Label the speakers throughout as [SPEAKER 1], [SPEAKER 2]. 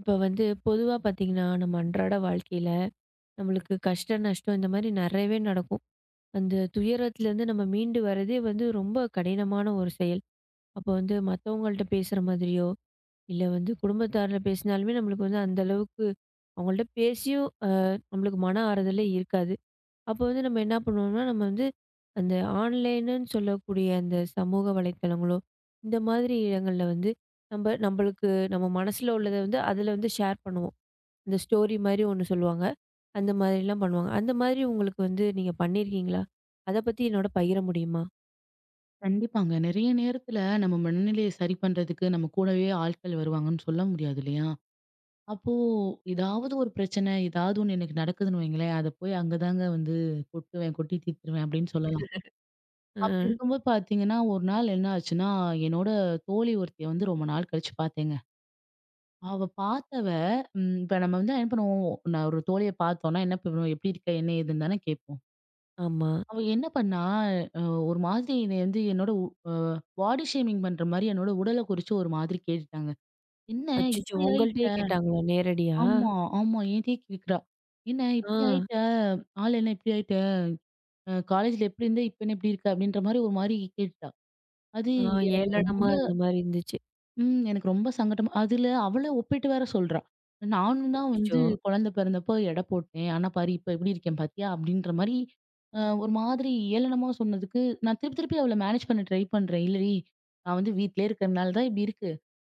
[SPEAKER 1] இப்போ வந்து பொதுவா பார்த்தீங்கன்னா, நம்ம அன்றாட வாழ்க்கையில நம்மளுக்கு கஷ்டம், நஷ்டம் இந்த மாரி நெறையவே நடக்கும். அந்த துயரத்துலேருந்து நம்ம மீண்டு வரதே வந்து ரொம்ப கடினமான ஒரு செயல். அப்போ வந்து மத்தவங்கள்ட்ட பேசுற மாதிரியோ, இல்ல வந்து குடும்பத்தார்ல பேசினாலுமே நம்மளுக்கு வந்து அந்த அளவுக்கு அவங்கள்ட்ட பேசியும் நம்மளுக்கு மன ஆறுதலே இருக்காது. அப்போ வந்து நம்ம என்ன பண்ணுவோம்னா, நம்ம வந்து அந்த ஆன்லைனுன்னு சொல்லக்கூடிய அந்த சமூக வலைத்தளங்களோ, இந்த மாதிரி இடங்கள்ல வந்து நம்ப நம்பளுக்கு நம்ம மனசுல உள்ளத வந்து அதில வந்து ஷேர் பண்ணுவோம். இந்த ஸ்டோரி மாரி ஒண்ணு சொல்லுவாங்க. அந்த மாதிரிலாம் பண்ணுவாங்க. அந்த மாதிரி உங்களுக்கு வந்து நீங்க பண்ணியிருக்கீங்களா? அத பத்தி என்னோட பகிர முடியுமா?
[SPEAKER 2] கண்டிப்பாங்க. நெறைய நேரத்துல நம்ம மனநிலைய சரி பண்றதுக்கு நம்ம கூடவே ஆட்கள் வருவாங்கன்னு சொல்ல முடியாது இல்லையா? அப்போ ஏதாவது ஒரு பிரச்சனை, ஏதாவது ஒண்ணு எனக்கு நடக்குதுன்னு வைங்களேன், அத போய் அங்க தாங்க வந்து கொட்டுவேன், கொட்டி தீர்த்துருவேன் அப்படின்னு சொல்லலாம்.
[SPEAKER 1] அ.
[SPEAKER 2] அப்படி இருக்கும்போது பார்த்தீங்கன்னா, ஒரு நாள் என்ன ஆச்சுன்னா, என்னோட தோழி ஒருத்திய வந்து ரொம்ப நாள் கழிச்சு பார்த்தேங்க. அவ பார்த்தவ இப்ப நம்ம வந்து என்ன பண்ணுவோம், நான் ஒரு தோழிய பார்த்தோம்னா என்ன பண்ணுவோம், "எப்படி இருக்க? என்ன ஏதுன்னு" தானே கேட்போம்.
[SPEAKER 1] ஆமா.
[SPEAKER 2] அவ என்ன பண்ணா, அ ஒரு மாதிரி என்னைய வந்து என்னோட உ அ பாடி ஷேமிங் பண்ற மாரி என்னோட உடல குறிச்சு ஒரு மாதிரி கேட்டுட்டாங்க. "என்ன
[SPEAKER 1] அச்சச்சோ!
[SPEAKER 2] இப்படி
[SPEAKER 1] உங்கள்ட்டயே
[SPEAKER 2] ஆயிட்ட?"
[SPEAKER 1] கேட்டாங்களா? நேரடியா?
[SPEAKER 2] ஆமா, ஆமா. ஏன்ட்டயே கேக்குறா. "என்ன
[SPEAKER 1] ஆ.
[SPEAKER 2] இப்படி ஆயிட்ட? ஆள் என்ன இப்படி ஆயிட்ட? காலேஜ்ல எப்படி இருந்த? இப்ப என்ன இப்படி இருக்க?" அப்படின்ற மாரி ஒரு மாரி கேட்டுட்டா. அது
[SPEAKER 1] ஆ.
[SPEAKER 2] எனக்கு
[SPEAKER 1] ஏளனமா
[SPEAKER 2] ரொம்ப
[SPEAKER 1] இருந்த மாரி இருந்துச்சு.
[SPEAKER 2] எனக்கு ரொம்ப சங்கடம். அதுல அவள ஒப்பிட்டு வேற சொல்றா. நானும் தான் வந்து
[SPEAKER 1] அச்சச்சோ!
[SPEAKER 2] குழந்தை பிறந்தப்ப எடை போட்டேன். ஆனா பாரு இப்ப எப்படி இருக்கேன் பாத்தியா? அப்படின்ற மாரி ஒரு மாதிரி ஏளனமா சொன்னதுக்கு, நான் திருப்பி திருப்பி அவள மேனேஜ் பண்ண ட்ரை பண்றேன். இல்லடி நான் வந்து வீட்லயே இருக்கிறனால தான் இப்படி இருக்கு.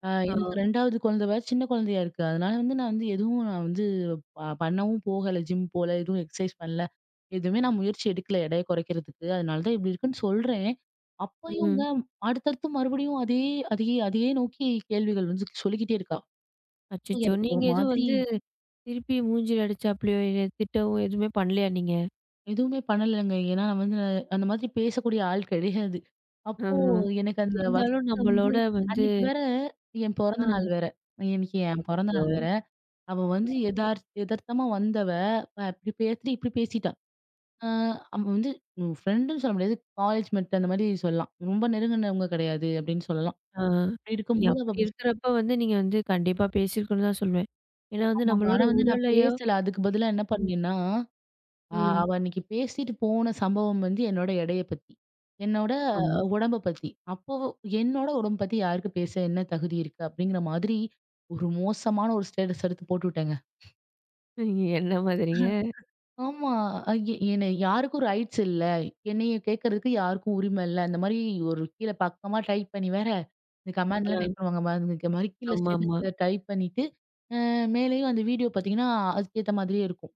[SPEAKER 1] ஆ.
[SPEAKER 2] எனக்கு 2வது குழந்தை வேற சின்ன குழந்தையா இருக்கு. அதனால வந்து நான் வந்து எதுவும் நான் வந்து பண்ணவும் போகல. ஜிம் போல, எதுவும் எக்ஸர்சைஸ் பண்ணல. எதுவுமே நான் முயற்சி எடுக்கல எடைய குறைக்கிறதுக்கு. அதனால தான் இப்படி இருக்குன்னு சொல்றேன். அப்பயுங்க
[SPEAKER 1] ம்.
[SPEAKER 2] அடுத்தடுத்து மறுபடியும் அதே அதையே அதையே நோக்கி கேள்விகள் வந்து சொல்லிக்கிட்டே இருக்கா. அப்ப
[SPEAKER 1] அச்சச்சோ!
[SPEAKER 2] எனக்கு
[SPEAKER 1] நீங்க
[SPEAKER 2] ஒரு
[SPEAKER 1] எதுவும்
[SPEAKER 2] மாதிரி
[SPEAKER 1] வந்து திருப்பி மூஞ்சில அடிச்சாப்லயோ, இல்ல திட்டவும் எதுவுமே பண்ணலையா நீங்க?
[SPEAKER 2] எதுவுமே பண்ணலங்க. ஏன்னா நான் வந்து நான் அந்த மாதிரி பேசக்கூடிய ஆள் கிடையாது. அப்போ
[SPEAKER 1] ம்.
[SPEAKER 2] எனக்கு அந்த
[SPEAKER 1] இருந்தாலும்
[SPEAKER 2] வருத்தத்த வந்து
[SPEAKER 1] நம்மளோட வந்து
[SPEAKER 2] அன்னைக்கு வேற என் பிறந்த நாள்
[SPEAKER 1] ஆ.
[SPEAKER 2] வேற. இன்னைக்கு என் பிறந்த
[SPEAKER 1] அச்சச்சோ!
[SPEAKER 2] நாள் வேற. அவ வந்து எதார்த்தமா வந்தவ, இப்படி பேசுறி இப்படி பேசிட்டா. ஆ அவ வந்து ஃப்ரெண்டுன்னு சொல்ல முடியாது. காலேஜ் மெட் அந்த மாரி சொல்லலாம். ரொம்ப நெருங்குனவங்க கிடையாது அப்படின்னு சொல்லலாம்.
[SPEAKER 1] ஆ.
[SPEAKER 2] அப்படி
[SPEAKER 1] நீங்க
[SPEAKER 2] இருக்கும்போது அவ
[SPEAKER 1] அப்படி இருக்கிறப்ப வந்து நீங்க வந்து கண்டிப்பா பேசியிருக்கணும்னு தான் சொல்லுவேன். ஏன்னா வந்து
[SPEAKER 2] ஆமாங்க.
[SPEAKER 1] நம்மளோட
[SPEAKER 2] ஆனா வந்து நான்
[SPEAKER 1] உடலையோ
[SPEAKER 2] பேசல. அதுக்கு பதிலா என்ன
[SPEAKER 1] ம்.
[SPEAKER 2] பண்ணேன்னா, அ ம்.
[SPEAKER 1] ம்.
[SPEAKER 2] அவ அன்னைக்கு பேசிட்டு போன சம்பவம் வந்து என்னோட எடைய பத்தி. என்னோட
[SPEAKER 1] ஆமா.
[SPEAKER 2] உடம்ப பத்தி. அப்போ என்னோட உடம்ப பத்தி யாருக்கு பேச என்ன தகுதி இருக்கு? அப்படிங்கிற மாதிரி ஒரு மோசமான ஒரு ஸ்டேட்டஸ் எடுத்து போட்டுவிட்டேங்க.
[SPEAKER 1] நீங்க என்ன மாதிரிங்க?
[SPEAKER 2] ஆமா. அ எ என்ன யாருக்கும் ரைட்ஸ் இல்ல. என்னைய கேட்கறதுக்கு யாருக்கும் உரிமை இல்ல. அந்த மாரி ஒரு கீழ பக்கமா டைப் பண்ணி வேற, இந்த கமெண்ட்லாம்
[SPEAKER 1] ஆ.
[SPEAKER 2] டைப் பண்ணுவாங்க பாருங்க. மாரி கீழ
[SPEAKER 1] ஆமாமா.
[SPEAKER 2] ஸ்டேட்டஸ்ல டைப் பண்ணிட்டு, அ மேலேயும் அந்த வீடியோ பார்த்தீங்கன்னா, அதுக்கேத்த மாதிரியே இருக்கும்.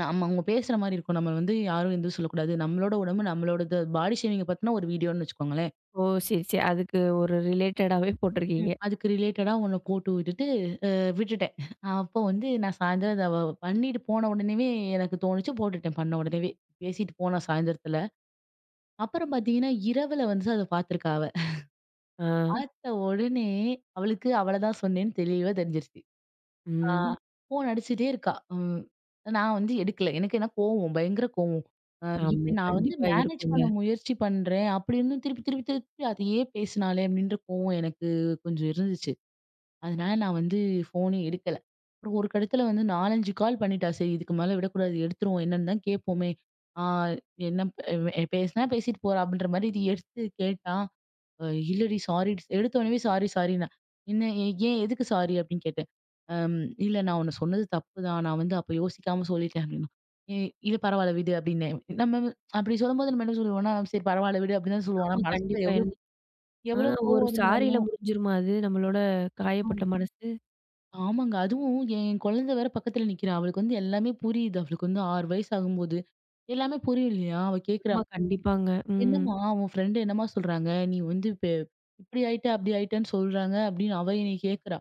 [SPEAKER 2] நம்ம அவங்க பேசுற மாரி இருக்கும். நம்ம வந்து யாரும் எதுவும் சொல்லக்கூடாது. நம்மளோட உடம்பு நம்மளோடது பாடி ஷேமிங்க பத்தின ஒரு வீடியோன்னு வச்சுக்கோங்களேன்.
[SPEAKER 1] ஓ! சரி, சரி. அதுக்கு ஒரு ரிலேட்டடாவே
[SPEAKER 2] ம்.
[SPEAKER 1] போட்டிருக்கீங்க.
[SPEAKER 2] அதுக்கு ரிலேட்டடா ஒண்ணு போட்டு விட்டுட்டு விட்டுட்டேன். அப்போ வந்து நான் சாயந்தரம் அத பண்ணிட்டு போன உடனேவே எனக்கு தோணுச்சு போட்டுட்டேன் பண்ண உடனேவே. பேசிட்டு போனா சாயந்தரத்துல. அப்புறம் பாத்தீங்கன்னா, இரவுல வந்து அத பாத்துருக்கா அவ.
[SPEAKER 1] ஆ.
[SPEAKER 2] பாத்த உடனே அவளுக்கு அவள தான் சொன்னேன்னு தெளிவா தெரிஞ்சிருச்சு. ஆ
[SPEAKER 1] ம்.
[SPEAKER 2] ஃபோன் அடிச்சுட்டே இருக்கா. ம். நான் வந்து எடுக்கல. எனக்கு என்ன கோவம், பயங்கர கோவம். அ
[SPEAKER 1] ஆமா.
[SPEAKER 2] இப்படி நான் வந்து
[SPEAKER 1] கண்டிப்பா
[SPEAKER 2] மேனேஜ்
[SPEAKER 1] இருக்குங்க.
[SPEAKER 2] பண்ண முயற்சி பண்றேன். அப்படி இருந்தும் திருப்பி திருப்பி திருப்பி அதையே பேசினாளே அப்படின்ற கோவம் எனக்கு கொஞ்சம் இருந்துச்சு. அதனால நான் வந்து ஃபோனே எடுக்கல. அப்புறம் ஒரு கட்டத்துல வந்து 4, 5 கால் பண்ணிட்டா. சரி இதுக்கு மேல விடக்கூடாது. எடுத்துருவோம். என்னன்னு தான் கேட்போமே. ஆ என்ன ப பேசினா பேசிட்டு போறா அப்படின்ற மாரி இது எடுத்து கேட்டா. அ இல்லடி சாரி எடுத்த உடனே சாரி சாரின்னா. ஏன் எதுக்கு சாரி அப்படின்னு கேட்டேன். அம் இல்ல நான் உன்ன சொன்னது தப்புதான். நான் வந்து அப்ப யோசிக்காம சொல்லிட்டேன் அப்படின்னா. இ இல்ல பரவால்ல விடு அப்படின்னேன். நம்ம வந்து- அப்படி சொல்லும்போது நம்ம என்ன சொல்லுவோம்னா, நம்ம சரி பரவால்ல விடு அப்படின்னு தான் சொல்லுவோம். ஆனா
[SPEAKER 1] ஆமா.
[SPEAKER 2] மனசுல
[SPEAKER 1] கண்டிப்பா.
[SPEAKER 2] எவ்ளோ
[SPEAKER 1] என்ன? ஆ.
[SPEAKER 2] எவ்ளோ
[SPEAKER 1] ஒரு
[SPEAKER 2] கோவம்
[SPEAKER 1] சாரியில
[SPEAKER 2] இருந்தாலும்
[SPEAKER 1] முடிஞ்சிருமா அது? நம்மளோட காயப்பட்ட மனசு.
[SPEAKER 2] ஆமாங்க. அதுவும் என் குழந்தை வேற பக்கத்துல நிக்கிறா. அவளுக்கு வந்து எல்லாமே புரியுது. அவளுக்கு வந்து 6 வயசு ஆகும்போது எல்லாமே புரியும் இல்லையா? அவ கேட்கிறா.
[SPEAKER 1] ஆமா. கண்டிப்பாங்க. ம்.
[SPEAKER 2] என்னம்மா உன் ஃப்ரெண்டு என்னம்மா சொல்றாங்க? நீ வந்து இப்ப இப்படி ஆயிட்ட, அப்படி ஆயிட்டன்னு சொல்றாங்க அப்படின்னு அவ என்னைய கேட்குறா.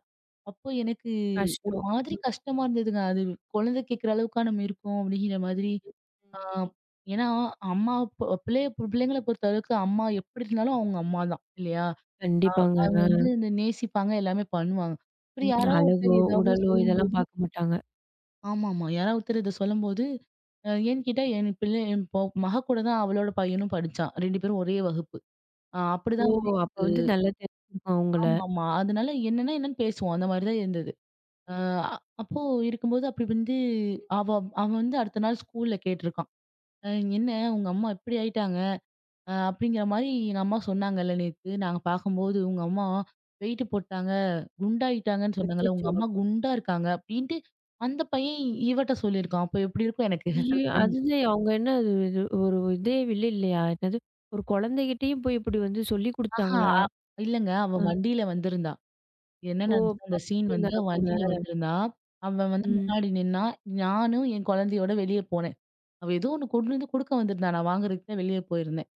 [SPEAKER 2] அப்போ எனக்கு ஒரு
[SPEAKER 1] கஷ்டம்.
[SPEAKER 2] மாதிரி
[SPEAKER 1] ம்.
[SPEAKER 2] கஷ்டமா இருந்ததுங்க. அது குழந்தை கேட்கிற அளவுக்கா நம்ம இருக்கோம் அப்படிங்கிற மாதிரி. ஆ ஏன்னா அம்மா ப பிள்ளைய பிள்ளைங்கள பொறுத்தளவுக்கு அம்மா எப்படி இருந்தாலும் அவங்க அம்மா தான் இல்லையா? அ
[SPEAKER 1] கண்டிப்பாங்க.
[SPEAKER 2] அவங்க வந்து
[SPEAKER 1] ஆ.
[SPEAKER 2] இந்த நேசிப்பாங்க, எல்லாமே பண்ணுவாங்க. இப்படி
[SPEAKER 1] ம்.
[SPEAKER 2] யாரோ
[SPEAKER 1] அழகோ,
[SPEAKER 2] ஒருத்தர் ஏதாவது
[SPEAKER 1] உடலோ
[SPEAKER 2] சொல்லும்
[SPEAKER 1] இதெல்லாம் பார்க்க மாட்டாங்க.
[SPEAKER 2] ஆமாமா. யாராவது ஒருத்தர் இத சொல்லும்போது, ஏன்னு கேட்டா என் பிள்ளை என் மக கூட தான் அவளோட பையனும் படிச்சான். 2 பேரும் ஒரே வகுப்பு.
[SPEAKER 1] ஓ!
[SPEAKER 2] அப்படிதான்
[SPEAKER 1] அப்ப வந்து நல்லா தெரிஞ்சிருக்கும் அவங்கள.
[SPEAKER 2] ஆமாமா. அதனால என்னன்னு பேசுவோம். அந்த மாரி தான் இருந்தது. அ அப்போ இருக்கும்போது அப்படி வந்து அவ அவன் வந்து அடுத்த நாள் ஸ்கூல்ல கேட்டிருக்கான். "அ என்ன உங்க அம்மா இப்படி ஆயிட்டாங்க?" அப்படிங்கிற மாரி எங்க அம்மா சொன்னாங்கல்ல நேத்து. நாங்க பார்க்கும்போது உங்க அம்மா வெயிட் போட்டாங்க, குண்டாயிட்டாங்கன்னு சொன்னாங்கல்ல. உங்க
[SPEAKER 1] அச்சச்சோ!
[SPEAKER 2] அம்மா குண்டா இருக்காங்க அப்படின்ட்டு அந்த பையன் இவட்ட சொல்லியிருக்கான். அப்ப எப்படி இருக்கும் எனக்கு.
[SPEAKER 1] ஐயோ!
[SPEAKER 2] அடுத்த நாள்.
[SPEAKER 1] அதுதான் அவங்க என்ன அது இது ஒரு இதே இல்ல இல்லையா? என்னது ஒரு குழந்தைகிட்டயும் போய் இப்படி வந்து சொல்லிக்
[SPEAKER 2] ஆஹா.
[SPEAKER 1] குடுத்தாங்களா?
[SPEAKER 2] அ இல்லங்க. அவ
[SPEAKER 1] ஆ.
[SPEAKER 2] வண்டியில வந்திருந்தா. என்ன
[SPEAKER 1] ஓ!
[SPEAKER 2] நடந்துச்சுன்னா, அந்த சீன் வந்து
[SPEAKER 1] படிச்சிருந்தாரா கூட?
[SPEAKER 2] வண்டியில வந்திருந்தா, அவன் வந்து
[SPEAKER 1] ம்.
[SPEAKER 2] முன்னாடி நின்னான். நானும் என் குழந்தையோட வெளிய போனேன். அவ ஏதோ ஒண்ணு கொண்டு வந்து குடுக்க வந்திருந்தா. நான் வாங்குறதுக்கு தான் வெளிய போயிருந்தேன்.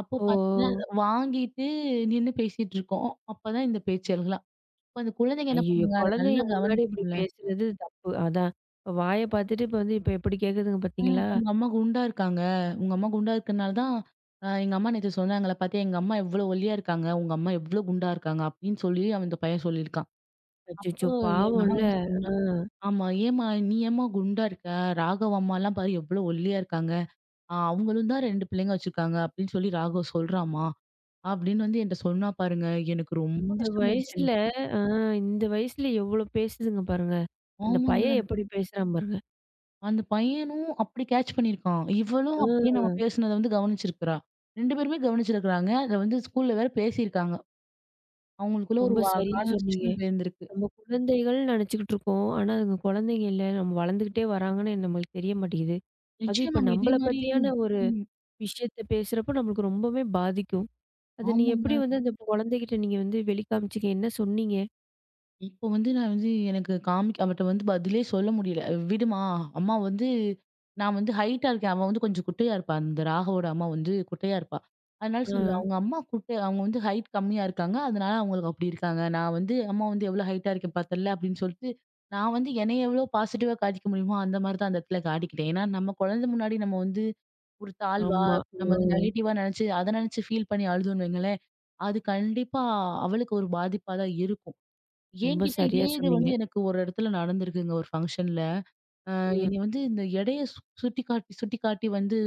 [SPEAKER 2] அப்போ
[SPEAKER 1] ஓ!
[SPEAKER 2] பார்த்தீங்கன்னா,
[SPEAKER 1] ஓ!
[SPEAKER 2] வாங்கிட்டு நின்னு பேசிட்டு இருக்கோம். அப்பதான் இந்த பேச்செல்லாம். அப்ப அந்த குழந்தைங்க என்ன
[SPEAKER 1] ஐயய்யோ!
[SPEAKER 2] பண்ணுங்க, அத
[SPEAKER 1] குழந்தைங்க
[SPEAKER 2] நல்லா
[SPEAKER 1] முன்னாடி இப்படி
[SPEAKER 2] கவனிக்கும்ல.
[SPEAKER 1] பேசுறது தப்பு. அதான். இப்ப வாய பார்த்துட்டு இப்ப வந்து இப்ப எப்படி கேக்குதுங்க பார்த்தீங்களா?
[SPEAKER 2] "உங்க அம்மா குண்டா இருக்காங்க. உங்க அம்மா குண்டா இருக்கனால தான் எங்க அம்மா நேத்து சொன்னாங்கல்ல பாத்தியா, எங்க அம்மா எவ்ளோ ஒல்லியா இருக்காங்க. உங்க அம்மா எவ்ளோ குண்டா இருக்காங்க." அப்படின்னு சொல்லி அவன் இந்த பையன் சொல்லியிருக்கான். அப்போ
[SPEAKER 1] அச்சச்சோ!
[SPEAKER 2] என் மகன்
[SPEAKER 1] பாவம்ல.
[SPEAKER 2] வந்து
[SPEAKER 1] ஆ.
[SPEAKER 2] சொன்னா. ஆமா. "ஏம்மா நீ ஏம்மா குண்டா இருக்க? ராகவ் அம்மாலாம் பாரு எவ்ளோ ஒல்லியா இருக்காங்க. அவங்களும் தான் 2 பிள்ளைங்க வச்சிருக்காங்க" அப்படின்னு சொல்லி ராகவ் சொல்றாம்மா. அப்படின்னு வந்து என்ட்ட சொன்னா பாருங்க. எனக்கு ரொம்ப
[SPEAKER 1] இந்த
[SPEAKER 2] கஷ்டமாயிடுச்சுங்க.
[SPEAKER 1] வயசுல ஆ. இந்த வயசுல எவ்வளோ பேசுதுங்க பாருங்க. அந்த
[SPEAKER 2] ஆமாங்க.
[SPEAKER 1] பையன் எப்படி பேசுறான் பாருங்க.
[SPEAKER 2] அந்த பையனும் அப்படி கேட்ச் பண்ணியிருக்கான். இவளும்
[SPEAKER 1] ஆ.
[SPEAKER 2] அப்படியே நம்ம பேசுனத வந்து கவனிச்சிருக்கிறா. 2 பேருமே கவனிச்சிருக்கிறாங்க. அத வந்து ஸ்கூல்ல வேற பேசியிருக்காங்க. அவங்களுக்குள்ள ஒரு
[SPEAKER 1] ரொம்ப
[SPEAKER 2] வா
[SPEAKER 1] சரியா சொன்னீங்க.
[SPEAKER 2] கான்வர்சேஷனும் போயிருந்திருக்கு.
[SPEAKER 1] நம்ம குழந்தைகள் நினச்சுக்கிட்டு இருக்கோம். ஆனா, அதுங்க குழந்தைங்க இல்ல. நம்ம வளர்ந்துக்கிட்டே வராங்கன்னு நம்மளுக்கு தெரிய மாட்டேங்குது. அதுவும் இப்ப
[SPEAKER 2] நிச்சயமாங்க. இதே
[SPEAKER 1] நம்மள
[SPEAKER 2] மாரி
[SPEAKER 1] பத்தியான ஒரு
[SPEAKER 2] ம்.
[SPEAKER 1] விஷயத்த பேசுறப்போ நம்மளுக்கு ரொம்பவே பாதிக்கும். அத நீங்க எப்படி
[SPEAKER 2] ஆமாங்க.
[SPEAKER 1] வந்து அந்த குழந்தைகிட்ட நீங்க வந்து வெளிக்காமிச்சீங்க? என்ன சொன்னீங்க?
[SPEAKER 2] இப்போ வந்து நான் வந்து எனக்கு காமிக் அவட்ட வந்து பதிலே சொல்ல முடியல. விடுமா, அம்மா வந்து நான் வந்து ஹைட்டா இருக்கேன். அவ வந்து கொஞ்சம் குட்டையா இருப்பா. அந்த ராகவோட அம்மா வந்து குட்டையா இருப்பா. அதனால
[SPEAKER 1] ஆ.
[SPEAKER 2] சொல்லுவேன், "அவங்க அம்மா குட்டை அவங்க வந்து ஹைட் கம்மியா இருக்காங்க. அதனால அவங்களுக்கு அப்படி இருக்காங்க. நான் வந்து அம்மா வந்து எவ்வளோ ஹைட்டா இருக்கேன் பார்த்தல்ல" அப்படின்னு சொல்லிட்டு, நான் வந்து என்னைய எவ்வளோ பாசிட்டிவா காட்டிக்க முடியுமோ அந்த மாரி தான் அந்த இடத்துல காட்டிக்கிட்டேன். ஏன்னா நம்ம குழந்தை முன்னாடி நம்ம வந்து ஒரு தாழ்வா,
[SPEAKER 1] ஆமா.
[SPEAKER 2] நம்ம வந்து
[SPEAKER 1] ம்.
[SPEAKER 2] நெகட்டிவா நெனச்சு, அத நெனச்சு ஃபீல் பண்ணி அழுதோம்னு வைங்களேன், அது கண்டிப்பா அவளுக்கு ஒரு பாதிப்பா தான் இருக்கும்.
[SPEAKER 1] ரொம்ப
[SPEAKER 2] என்கிட்ட இதே
[SPEAKER 1] சரியா
[SPEAKER 2] இது
[SPEAKER 1] சொன்னீங்க.
[SPEAKER 2] வந்து எனக்கு ஒரு இடத்துல நடந்திருக்குங்க ஒரு ஃபங்ஷன்ல. அ
[SPEAKER 1] ம்.
[SPEAKER 2] என்னைய வந்து இந்த எடைய சுட்டிக்காட்டி, சுட்டிக்காட்டி வந்து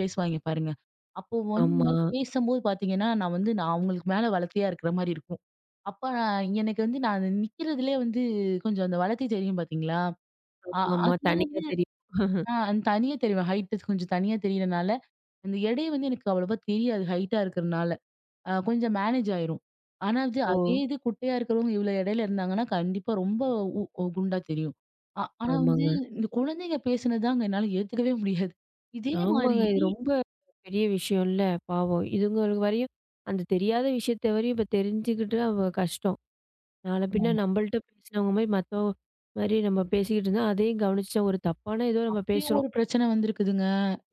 [SPEAKER 2] பேசுவாய்ங்க பாருங்க. அப்போ வந்து இந்த
[SPEAKER 1] ஆமா.
[SPEAKER 2] மாரி பேசும்போது பார்த்தீங்கன்னா, நான் வந்து நான் அவங்களுக்கு மேல வளத்தையா இருக்கிற மாரி இருக்கும். அப்ப நான் எனக்கு வந்து நான் நிக்கிறதுலயே வந்து கொஞ்சம் அந்த வளத்தை தெரியும் பார்த்தீங்களா? அ
[SPEAKER 1] ஆமாமா.
[SPEAKER 2] அதனால
[SPEAKER 1] தனியா
[SPEAKER 2] வந்து
[SPEAKER 1] தெரியும்.
[SPEAKER 2] நான் அந்த தனியா தெரிவேன். ஹைட் கொஞ்சம் தனியா தெரியறனால, அந்த எடை வந்து எனக்கு அவ்வளவா தெரியாது ஹைட்டா இருக்கிறனால. கொஞ்சம் மேனேஜ் ஆயிரும். ஆனா அது
[SPEAKER 1] ஓ!
[SPEAKER 2] அதே இது குட்டையா இருக்கிறவங்க இவ்ளோ எடையில இருந்தாங்கன்னா, கண்டிப்பா ரொம்ப உ ஒ குண்டா தெரியும். ஆனா வந்து
[SPEAKER 1] ஆமாங்க.
[SPEAKER 2] இந்த குழந்தைங்க பேசினது தாங்க என்னால ஏத்துக்கவே முடியாது. இதே
[SPEAKER 1] ஆமாங்க.
[SPEAKER 2] மாரி
[SPEAKER 1] இது ரொம்ப பெரிய விஷயம்ல, பாவம். இதுங்களுக்கு வரையும் அந்த தெரியாத விஷயத்த வரையும் இப்ப தெரிஞ்சுக்கிட்டு அவ கஷ்டம். நாள பின்ன
[SPEAKER 2] ஆமாமா.
[SPEAKER 1] நம்மள்ட்ட பேசினவங்க மாரி மத்த மாரி நம்ம பேசிக்கிட்டு இருந்தா, அதையும் கவனிச்சுட்டா ஒரு தப்பான ஏதோ நம்ம
[SPEAKER 2] அப்படியும்
[SPEAKER 1] பேசுறோம்.
[SPEAKER 2] ஒரு பிரச்சனை வந்திருக்குதுங்க.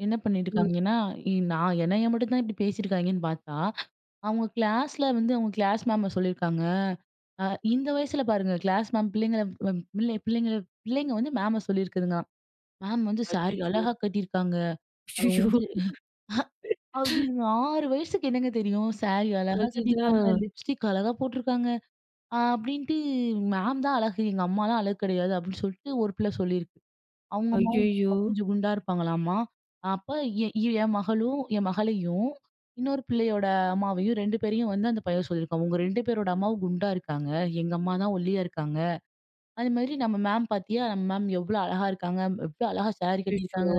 [SPEAKER 2] என்ன
[SPEAKER 1] ம்.
[SPEAKER 2] பண்ணிருக்காங்கன்னா, நான் என்னைய மட்டும் தான் இப்படி பேசியிருக்காய்ங்கன்னு பார்த்தா, அவங்க கிளாஸ்ல வந்து அவங்க கிளாஸ் மேம சொல்லியிருக்காங்க. அ இந்த வயசுல பாருங்க கிளாஸ் மேம் பிள்ளைங்கள பிள்ளை பிள்ளைங்கள பிள்ளைங்க வந்து மேம சொல்லியிருக்குதுங்களாம். மேம் வந்து சாரி
[SPEAKER 1] அச்சச்சோ!
[SPEAKER 2] அழகா கட்டியிருக்காங்க. அவங்க
[SPEAKER 1] அய்யய்யோ!
[SPEAKER 2] வந்து அப்படிங்க 6 வயசுக்கு என்னங்க தெரியும்? சாரி அழகா கட்டியிருக்காங்க,
[SPEAKER 1] அதுதான்.
[SPEAKER 2] லிப்ஸ்டிக் அழகா போட்டிருக்காங்க. அப்படின்ட்டு மேம் தான் அழகு, எங்க அம்மாலாம் அழகு கிடையாது அப்படின்னு சொல்லிட்டு ஒரு பிள்ளை சொல்லியிருக்கு. அவங்க அம்மாவும் எங்க
[SPEAKER 1] ஐய்யய்யோ!
[SPEAKER 2] அம்மாவும் கொஞ்சம் குண்டா இருப்பாங்களாமா. அப்ப என் மகளும் என் மகளையும், இன்னொரு பிள்ளையோட அம்மாவையும் 2 பேரையும் வந்து அந்த பையன் சொல்லியிருக்கான். உங்க 2 பேரோட அம்மாவும் குண்டா இருக்காங்க. எங்க அம்மா தான் ஒல்லியா இருக்காங்க. அது மாதிரி நம்ம மேம் பார்த்தியா? நம்ம மேம் எவ்வளோ அழகா இருக்காங்க. எவ்வளோ அழகா சாரி
[SPEAKER 1] அச்சச்சோ!
[SPEAKER 2] கட்டியிருக்காங்க.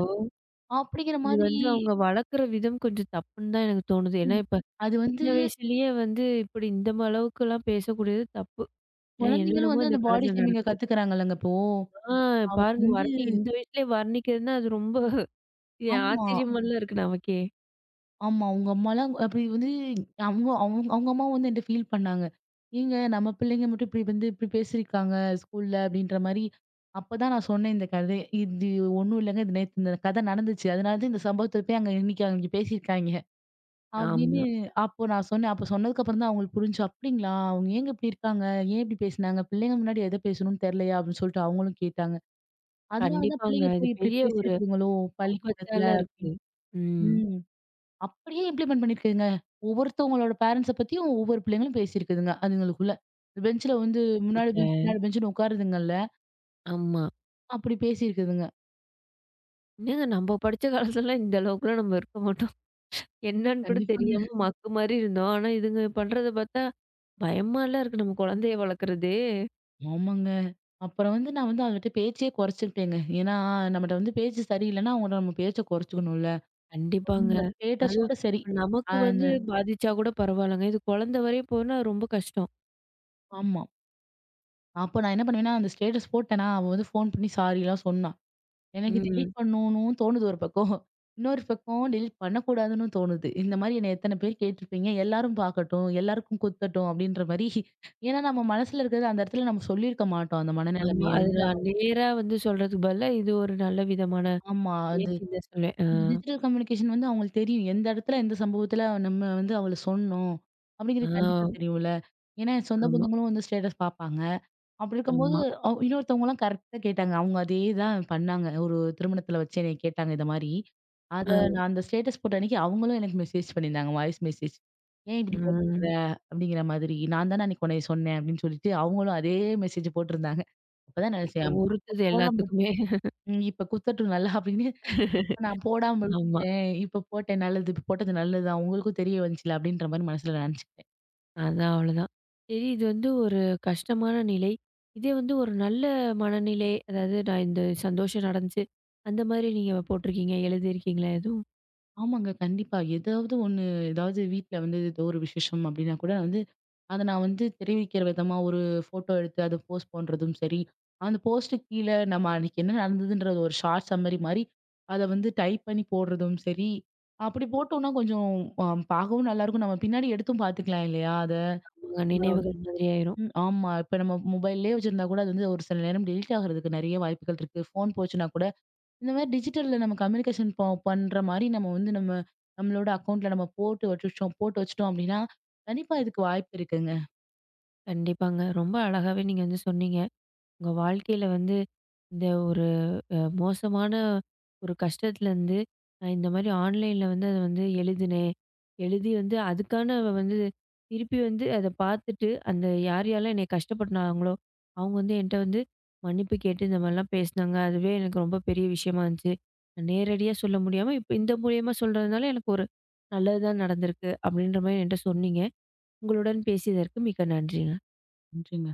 [SPEAKER 2] அப்படிங்கிற
[SPEAKER 1] இது
[SPEAKER 2] மாதிரி
[SPEAKER 1] வந்து அவங்க வளர்க்குற விதம் கொஞ்சம் தப்புன்னு தான் எனக்கு தோணுது. ஏன்னா,
[SPEAKER 2] ம்.
[SPEAKER 1] இப்ப
[SPEAKER 2] அது
[SPEAKER 1] சின்ன
[SPEAKER 2] வந்து
[SPEAKER 1] வயசுலயே வந்து இப்படி இந்த அளவுக்குலாம் பேசக்கூடியது தப்பு. ஏன்னா
[SPEAKER 2] குழந்தைங்களும்
[SPEAKER 1] என்னென்னமோ
[SPEAKER 2] வந்து
[SPEAKER 1] இந்த
[SPEAKER 2] அந்த பாடி
[SPEAKER 1] காலத்துல
[SPEAKER 2] ஷேமிங்க
[SPEAKER 1] நடக்குது.
[SPEAKER 2] கத்துக்கிறாங்கல்லங்க இப்போ.
[SPEAKER 1] ஆ.
[SPEAKER 2] அவ
[SPEAKER 1] பாருங்க
[SPEAKER 2] வந்து
[SPEAKER 1] வர்ணி இந்த வயசுலயே வர்ணிக்கிறதுன்னா, அது ரொம்ப
[SPEAKER 2] ஆமா,
[SPEAKER 1] ஆச்சரியமாலாம் இருக்கு நமக்கே.
[SPEAKER 2] ஆமா. அவங்க அம்மாலாம் அப்படி வந்து அவங்க அவங்க அவங்க அம்மாவும் வந்து என்ட்ட ஃபீல் பண்ணாங்க. "ஏங்க நம்ம பிள்ளைங்க மட்டும் இப்படி வந்து இப்படி பேசியிருக்காங்க ஸ்கூல்ல" அப்படின்ற மாரி. அப்பதான் நான் சொன்னேன் இந்த கதை. "இது ஒண்ணும் இல்லங்க. இது நேத்து இந்த கதை நடந்துச்சு. அதனால தான் இந்த சம்பவத்த போய் அங்க இன்னைக்கு அங்க பேசியிருக்காய்ங்க" அப்படின்னு
[SPEAKER 1] ஆமா.
[SPEAKER 2] அப்போ நான் சொன்னேன். அப்போ சொன்னதுக்கப்புறம் தான் அவங்களுக்கு புரிஞ்சுச்சு. "அப்படிங்களா! அவங்க ஏங்க இப்படி இருக்காங்க? ஏன் இப்படி பேசினாங்க? பிள்ளைங்க முன்னாடி எத பேசணும்னு தெரியலையா?" அப்படின்னு சொல்லிட்டு அவங்களும் கேட்டாங்க. அதனால தான்
[SPEAKER 1] கண்டிப்பாங்க.
[SPEAKER 2] பிள்ளைங்க
[SPEAKER 1] இது
[SPEAKER 2] போய் இப்படி
[SPEAKER 1] பெரிய ஒரு
[SPEAKER 2] பேசியிருக்குதுங்களோ பள்ளிக்கூடத்துல
[SPEAKER 1] ஆபத்தால இருக்கு.
[SPEAKER 2] அப்படின்னு.
[SPEAKER 1] ம்.
[SPEAKER 2] ம். அப்படியே இம்ப்ளிமெண்ட் பண்ணியிருக்குதுங்க. ஒவ்வொருத்தவங்களோட பேரண்ட்ஸ பத்தியும் ஒவ்வொரு பிள்ளைங்களும் பேசியிருக்குதுங்க, அதுங்களுக்குள்ள. பெஞ்ச்ல வந்து முன்னாடி
[SPEAKER 1] அச்சச்சே!
[SPEAKER 2] பெஞ்ச், பின்னாடி பெஞ்சுன்னு உட்காருதுங்கல்ல,
[SPEAKER 1] ஆமா.
[SPEAKER 2] அப்படி பேசியிருக்குதுங்க.
[SPEAKER 1] என்னங்க நம்ம படிச்ச காலத்துலலாம் இந்த அளவுக்குலாம் நம்ம இருக்க மாட்டோம். என்னன்னு கூட
[SPEAKER 2] கண்டிப்பாங்க.
[SPEAKER 1] தெரியாம மக்கு மாரி இருந்தோம். ஆனா இதுங்க பண்றத பார்த்தா, பயமாலாம் இருக்கு நம்ம குழந்தைய வளர்க்குறது.
[SPEAKER 2] ஆமாங்க. அப்புறம் வந்து நான் வந்து அவங்கட்ட பேச்சே குறைச்சுக்கிட்டேங்க. ஏன்னா நம்மட்ட வந்து பேச்சு சரியில்லைன்னா, அவங்கட்ட நம்ம பேச்ச குறைச்சுக்கணும்ல.
[SPEAKER 1] கண்டிப்பாங்க.
[SPEAKER 2] அந்த
[SPEAKER 1] அதுவும்
[SPEAKER 2] ஸ்டேட்டஸோட சரி.
[SPEAKER 1] நமக்கு
[SPEAKER 2] அந்த
[SPEAKER 1] வந்து பாதிச்சா கூட பரவாயில்லங்க. இது குழந்தை வரையும் போனா ரொம்ப கஷ்டம்.
[SPEAKER 2] ஆமா. அப்ப நான் என்ன பண்ணுவேன்னா, அந்த ஸ்டேட்டஸ் போட்டேனா, அவ வந்து ஃபோன் பண்ணி சாரிலாம் சொன்னா. எனக்கு
[SPEAKER 1] ம்.
[SPEAKER 2] டெலீட் பண்ணணும்னு தோணுது ஒரு பக்கம். இன்னொரு பக்கம் டெலீட் பண்ணக்கூடாதுன்னு தோணுது. இந்த மாரி என்ன எத்தன பேர் கேட்டுருப்பீங்க? எல்லாரும் பார்க்கட்டும், எல்லாருக்கும் குத்தட்டும் அப்டின்ற மாரி. ஏன்னா, நம்ம மனசுல இருக்கிறத அந்த இடத்துல நம்ம சொல்லியிருக்க மாட்டோம். அந்த
[SPEAKER 1] ஆமா.
[SPEAKER 2] மனநிலைமைய
[SPEAKER 1] அது
[SPEAKER 2] வந்து
[SPEAKER 1] நான் நேரா வந்து சொல்றதுக்கு பதிலா, இது ஒரு நல்ல விதமான
[SPEAKER 2] ஆமா. அது
[SPEAKER 1] முயற்சின்னு தான் சொல்வேன். ஆ.
[SPEAKER 2] அந்த டிஜிட்டல் கம்யூனிகேஷன் வந்து அவங்களுக்கு தெரியும். எந்த இடத்துல, எந்த சம்பவத்துல நம்ம வந்து அவள சொன்னோம்.
[SPEAKER 1] ஆ.
[SPEAKER 2] அப்டிங்கிறது கண்டிப்பா தெரியும்ல. ஏன்னா, என் சொந்த
[SPEAKER 1] ஆமா,
[SPEAKER 2] பந்தங்களும் வந்து ஸ்டேட்டஸ் பார்ப்பாங்க. அப்படி இருக்கும்போது,
[SPEAKER 1] ஆமா.
[SPEAKER 2] அவ் இன்னொருத்தவங்கலாம் கரெக்ட்டா கேட்டாங்க. அவங்க அதே தான் பண்ணாங்க. ஒரு திருமணத்தில வச்சு என்னைய கேட்டாங்க இத மாரி. அத
[SPEAKER 1] ஆ.
[SPEAKER 2] நான் அந்த ஸ்டேட்டஸ் போட்ட அன்னைக்கு அவங்களும் எனக்கு மெசேஜ் பண்ணியிருந்தாங்க. Voice message. "ஏன் இப்படி போட்டிருக்க?"
[SPEAKER 1] ம்.
[SPEAKER 2] அப்படிங்கிற மாதிரி. "நான் தானே அன்னைக்கு உன்னைய சொன்னேன்" அப்படின்னு சொல்லிட்டு அவங்களும் அதே மெசேஜ் போட்டிருந்தாங்க. அப்பதான்
[SPEAKER 1] அப்ப
[SPEAKER 2] நினைச்சேன்.
[SPEAKER 1] உறுத்துது
[SPEAKER 2] போடாம விட்
[SPEAKER 1] எல்லாத்துக்குமே.
[SPEAKER 2] ம் இப்ப குத்தட்டும் நல்லா அப்படின்னு நான் போடாம
[SPEAKER 1] ஆமா.
[SPEAKER 2] விட்டுட்டேன். இப்ப போட்டேன் நல்லது. இப்ப போட்டது நல்லதுதான். உங்களுக்கும் தெரிய வந்துச்சுல்ல அப்படின்ற மாரி மனசுல நினைச்சுக்கிட்டேன்.
[SPEAKER 1] அதான் அவ்வளோதான். சரி இது வந்து ஒரு கஷ்டமான நிலை. இதே வந்து ஒரு நல்ல மனநிலை, அதாவது நான் இந்த சந்தோஷம் நடந்துச்சு, அந்த மாரி நீங்க போட்டிருக்கீங்க, எழுதியிருக்கீங்களா எதுவும்?
[SPEAKER 2] ஆமாங்க. கண்டிப்பா. ஏதாவது ஒண்ணு ஏதாவது வீட்ல வந்து ஏதோ ஒரு விசேஷம் அப்டின்னா கூட வந்து, அத நான் வந்து தெரிவிக்கிற விதமா ஒரு ஃபோட்டோ எடுத்து அத போஸ்ட் பண்றதும் சரி, அந்த போஸ்ட்டுக்கு கீழ நம்ம அன்னைக்கு என்ன நடந்ததுன்றது ஒரு ஷார்ட் சம்மரி மாரி, அத வந்து டைப் பண்ணி போடுறதும் சரி, அப்படி போட்டோம்னா கொஞ்சம் அ பார்க்கவும் நல்லாயிருக்கும். நம்ம பின்னாடி எடுத்தும் பார்த்துக்கலாம் இல்லையா? அத
[SPEAKER 1] உங்க நினைவுகள் மாதிரி ஆயிரும்.
[SPEAKER 2] ஆமா. இப்ப நம்ம மொபைல்லயே வச்சிருந்தா கூட அது வந்து ஒரு சில நேரம் டெலீட் ஆகுறதுக்கு நெறைய வாய்ப்புகள் இருக்கு. ஃபோன் போச்சுன்னா கூட இந்த மாரி டிஜிட்டல்ல நம்ம கம்யூனிகேஷன் பண்ற மாரி நம்ம வந்து நம்ம நம்மளோட அக்கவுண்ட்ல நம்ம போட்டு வச்சுட்டோம் அப்படின்னா, கண்டிப்பா இதுக்கு வாய்ப்பு இருக்குங்க.
[SPEAKER 1] கண்டிப்பாங்க. ரொம்ப அழகாவே நீங்க வந்து சொன்னீங்க. உங்க வாழ்க்கையில வந்து இந்த ஒரு மோசமான ஒரு கஷ்டத்துலேருந்து, நான் இந்த மாரி ஆன்லைன்ல வந்து அத வந்து எழுதினேன். எழுதி வந்து அதுக்கான அவ வந்து திருப்பி வந்து அத பார்த்துட்டு, அந்த யார் யார்லாம் என்னைய கஷ்டப்படுத்துனாங்களோ, அவங்க வந்து என்ட்ட வந்து மன்னிப்பு கேட்டு இந்த மாரிலாம் பேசினாங்க. அதுவே எனக்கு ரொம்ப பெரிய விஷயமா இருந்துச்சு. நான் நேரடியா சொல்ல முடியாம, இப்ப இந்த மூலியமா சொல்றதுனால எனக்கு ஒரு நல்லது தான் நடந்திருக்கு. அப்படின்ற மாரி என்ட்ட சொன்னீங்க. உங்களுடன் பேசியதற்கு மிக்க நன்றிங்க.
[SPEAKER 2] நன்றிங்க.